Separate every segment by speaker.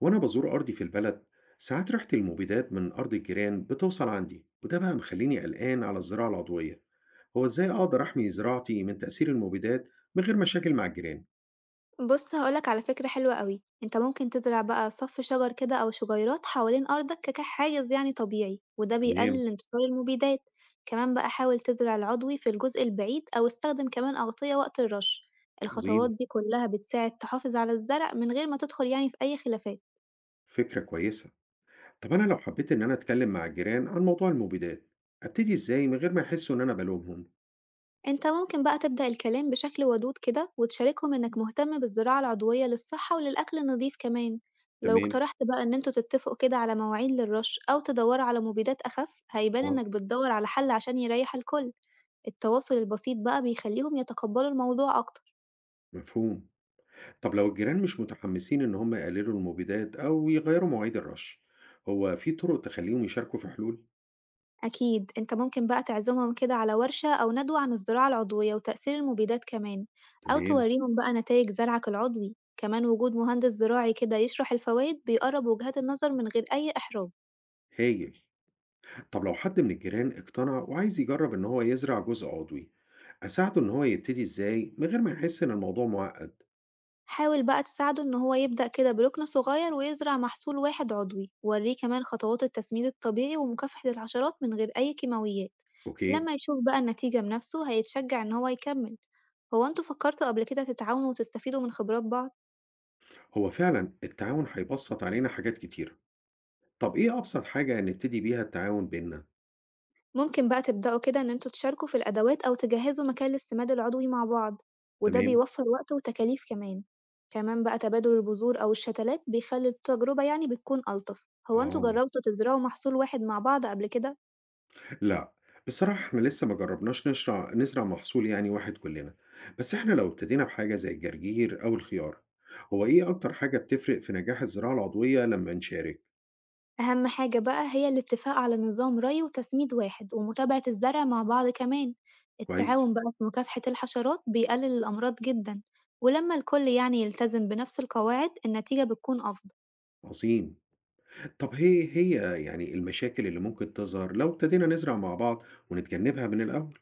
Speaker 1: وأنا بزور أرضي في البلد، ساعات ريحة المبيدات من أرض الجيران بتوصل عندي وده بقى مخليني قلقان على الزراعة العضوية. هو إزاي أقدر أحمي زراعتي من تأثير المبيدات من غير مشاكل مع الجيران؟
Speaker 2: بص هقولك على فكرة حلوة قوي. انت ممكن تزرع بقى صف شجر كده او شجيرات حوالين ارضك كحاجز يعني طبيعي، وده
Speaker 1: تمام.
Speaker 2: بيقلل انتشار المبيدات. كمان بقى حاول تزرع العضوي في الجزء البعيد او استخدم كمان اغطية وقت الرش. الخطوات
Speaker 1: عظيم.
Speaker 2: دي كلها بتساعد تحافظ على الزرع من غير ما تدخل يعني في اي خلافات.
Speaker 1: فكرة كويسة. طب أنا لو حبيت إن أنا أتكلم مع الجيران عن موضوع المبيدات، أبتدي إزاي من غير ما يحسوا إن أنا بلومهم؟
Speaker 2: أنت ممكن بقى تبدأ الكلام بشكل ودود كده وتشاركهم إنك مهتم بالزراعة العضوية للصحة وللأكل النظيف كمان، لو
Speaker 1: تمام.
Speaker 2: اقترحت بقى إن انتوا تتفقوا كده على مواعيد للرش أو تدوروا على مبيدات أخف هيبان
Speaker 1: آه.
Speaker 2: إنك بتدور على حل عشان يريح الكل، التواصل البسيط بقى بيخليهم يتقبلوا الموضوع أكتر،
Speaker 1: مفهوم. طب لو الجيران مش متحمسين إن هم يقللوا المبيدات أو يغيروا مواعيد الرش، هو في طرق تخليهم يشاركوا في حلول؟
Speaker 2: أكيد. أنت ممكن بقى تعزمهم كده على ورشة أو ندوة عن الزراعة العضوية وتأثير المبيدات كمان، أو
Speaker 1: تمام.
Speaker 2: توريهم بقى نتائج زرعك العضوي، كمان وجود مهندس زراعي كده يشرح الفوائد بيقرب وجهات النظر من غير أي إحراج.
Speaker 1: هايل. طب لو حد من الجيران اقتنع وعايز يجرب إن هو يزرع جزء عضوي، أساعده إن هو يبتدي إزاي من غير ما يحس إن الموضوع معقد؟
Speaker 2: حاول بقى تساعده إن هو يبدأ كده بركن صغير ويزرع محصول واحد عضوي وريه كمان خطوات التسميد الطبيعي ومكافحة الحشرات من غير أي كيماويات.
Speaker 1: أوكي؟
Speaker 2: لما يشوف بقى النتيجة بنفسه هيتشجع إن هو يكمل. هو انتوا فكرتوا قبل كده تتعاونوا وتستفيدوا من خبرات بعض؟
Speaker 1: هو فعلا التعاون هيبسط علينا حاجات كتير. طب إيه أبسط حاجة نبتدي بيها التعاون بينا؟
Speaker 2: ممكن بقى تبدأوا كده إن انتوا تشاركوا في الأدوات أو تجهزوا مكان للسماد العضوي مع بعض، وده
Speaker 1: تمام؟
Speaker 2: بيوفر وقت وتكاليف كمان. كمان بقى تبادل البذور أو الشتلات بيخلي التجربة يعني بتكون ألطف. هو انتوا
Speaker 1: آه،
Speaker 2: جربتوا تزرعوا محصول واحد مع بعض قبل كده؟
Speaker 1: لا، بصراحة إحنا لسه ما جربناش نشرع نزرع محصول يعني واحد كلنا، بس إحنا لو ابتدينا بحاجة زي الجرجير أو الخيار، هو إيه أكتر حاجة بتفرق في نجاح الزراعة العضوية لما نشارك؟
Speaker 2: أهم حاجة بقى هي الاتفاق على نظام ري وتسميد واحد ومتابعة الزرع مع بعض كمان،
Speaker 1: كويس؟
Speaker 2: التعاون بقى في مكافحة الحشرات بيقلل الأمراض جدًا، ولما الكل يعني يلتزم بنفس القواعد النتيجة بتكون أفضل،
Speaker 1: عظيم. طب هي يعني المشاكل اللي ممكن تظهر لو ابتدينا نزرع مع بعض ونتجنبها من الأول؟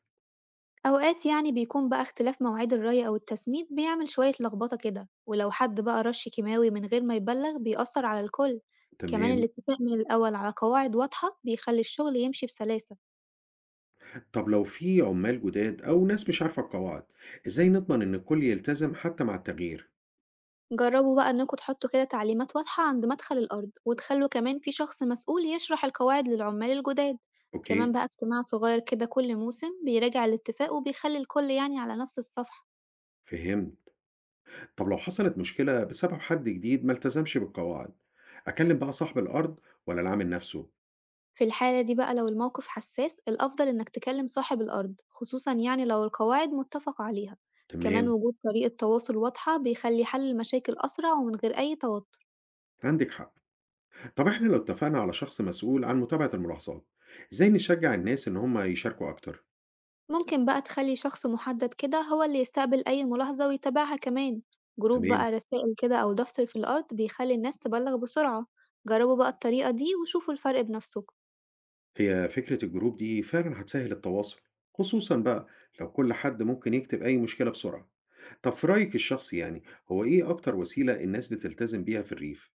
Speaker 2: أوقات يعني بيكون بقى اختلاف مواعيد الري أو التسميد بيعمل شوية لخبطة كده، ولو حد بقى رش كيماوي من غير ما يبلغ بيأثر على الكل، كمان
Speaker 1: تمام.
Speaker 2: الاتفاق من الأول على قواعد واضحة بيخلي الشغل يمشي بسلاسة.
Speaker 1: طب لو في عمال جداد أو ناس مش عارفة القواعد، إزاي نضمن إن الكل يلتزم حتى مع التغيير؟
Speaker 2: جربوا بقى إنكم تحطوا كده تعليمات واضحة عند مدخل الأرض وتخلوا كمان في شخص مسؤول يشرح القواعد للعمال الجداد، كمان
Speaker 1: أوكي.
Speaker 2: بقى اجتماع صغير كده كل موسم بيراجع الاتفاق وبيخلي الكل يعني على نفس الصفحة.
Speaker 1: فهمت. طب لو حصلت مشكلة بسبب حد جديد ما التزمش بالقواعد، أكلم بقى صاحب الأرض ولا العامل نفسه؟
Speaker 2: في الحالة دي بقى لو الموقف حساس الأفضل إنك تكلم صاحب الأرض خصوصا يعني لو القواعد متفق عليها، كمان
Speaker 1: تمام.
Speaker 2: وجود طريقة تواصل واضحة بيخلي حل المشاكل أسرع ومن غير أي توتر.
Speaker 1: عندك حق. طب إحنا لو اتفقنا على شخص مسؤول عن متابعة الملاحظات، إزاي نشجع الناس إن هم يشاركوا أكتر؟
Speaker 2: ممكن بقى تخلي شخص محدد كده هو اللي يستقبل أي ملاحظة ويتابعها كمان. جروب
Speaker 1: تمام؟
Speaker 2: بقى رسائل كده أو دفتر في الأرض بيخلي الناس تبلغ بسرعة. جربوا بقى الطريقة دي وشوفوا الفرق بنفسكم.
Speaker 1: هي فكرة الجروب دي فعلا هتسهل التواصل، خصوصا بقى لو كل حد ممكن يكتب أي مشكلة بسرعة. طب في رأيك الشخصي يعني، هو إيه أكتر وسيلة الناس بتلتزم بيها في الريف؟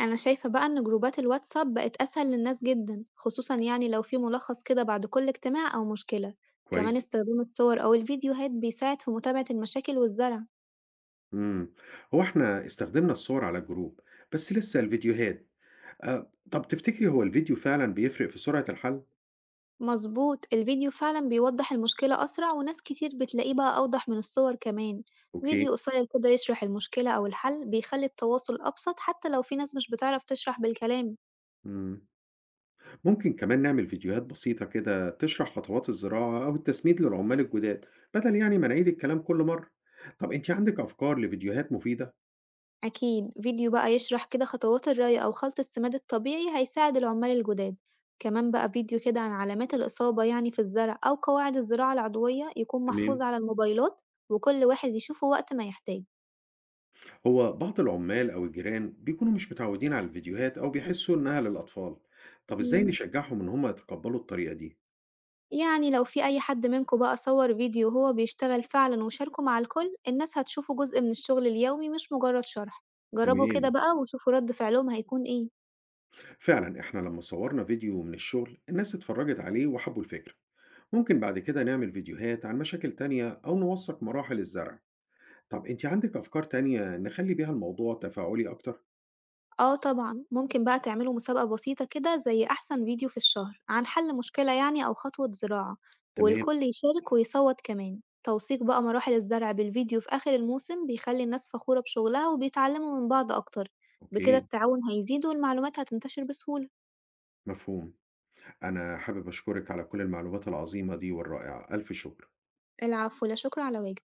Speaker 2: أنا شايفة بقى إن جروبات الواتساب بقت أسهل للناس جدا خصوصا يعني لو في ملخص كده بعد كل اجتماع أو مشكلة.
Speaker 1: كويس؟
Speaker 2: كمان استخدام الصور أو الفيديوهات بيساعد في متابعة المشاكل والزرع.
Speaker 1: مم. هو إحنا استخدمنا الصور على الجروب، بس لسه الفيديوهات. آه. طب تفتكري هو الفيديو فعلا بيفرق في سرعة الحل؟
Speaker 2: مظبوط، الفيديو فعلا بيوضح المشكلة أسرع وناس كتير بتلاقيه بقى أوضح من الصور كمان. فيديو
Speaker 1: أوكي.
Speaker 2: قصير كده يشرح المشكلة أو الحل بيخلي التواصل أبسط حتى لو في ناس مش بتعرف تشرح بالكلام.
Speaker 1: مم. ممكن كمان نعمل فيديوهات بسيطة كده تشرح خطوات الزراعة أو التسميد للعمال الجداد، بدل يعني ما نعيد الكلام كل مرة. طب أنت عندك أفكار لفيديوهات مفيدة؟
Speaker 2: أكيد، فيديو بقى يشرح كده خطوات الري أو خلط السماد الطبيعي هيساعد العمال الجداد. كمان بقى فيديو كده عن علامات الإصابة يعني في الزرع أو قواعد الزراعة العضوية يكون
Speaker 1: تمام.
Speaker 2: محفوظ على الموبايلات، وكل واحد يشوفه وقت ما يحتاج.
Speaker 1: هو بعض العمال أو الجيران بيكونوا مش متعودين على الفيديوهات أو بيحسوا إنها للأطفال. طب إزاي
Speaker 2: مم.
Speaker 1: نشجعهم إن هم يتقبلوا الطريقة دي؟
Speaker 2: يعني لو في أي حد منكم بقى صور فيديو وهو بيشتغل فعلًا وشاركه مع الكل، الناس هتشوفه جزء من الشغل اليومي مش مجرد شرح، جربوا كده
Speaker 1: تمام.
Speaker 2: بقى وشوفوا رد فعلهم هيكون إيه.
Speaker 1: فعلا إحنا لما صورنا فيديو من الشغل الناس اتفرجت عليه وحبوا الفكرة. ممكن بعد كده نعمل فيديوهات عن مشاكل تانية أو نوثق مراحل الزرع. طب أنت عندك أفكار تانية نخلي بيها الموضوع تفاعلي أكتر؟
Speaker 2: آه طبعًا، ممكن بقى تعملوا مسابقة بسيطة كده زي أحسن فيديو في الشهر عن حل مشكلة يعني أو خطوة زراعة،
Speaker 1: تمام.
Speaker 2: والكل يشارك ويصوت كمان. توثيق بقى مراحل الزرع بالفيديو في آخر الموسم بيخلي الناس فخورة بشغلها وبيتعلموا من بعض أكتر، بكده
Speaker 1: أوكي.
Speaker 2: التعاون هيزيد والمعلومات هتنتشر بسهولة.
Speaker 1: مفهوم. أنا حابب أشكرك على كل المعلومات العظيمة دي والرائعة، ألف شكر.
Speaker 2: العفو، لا شكر على واجب.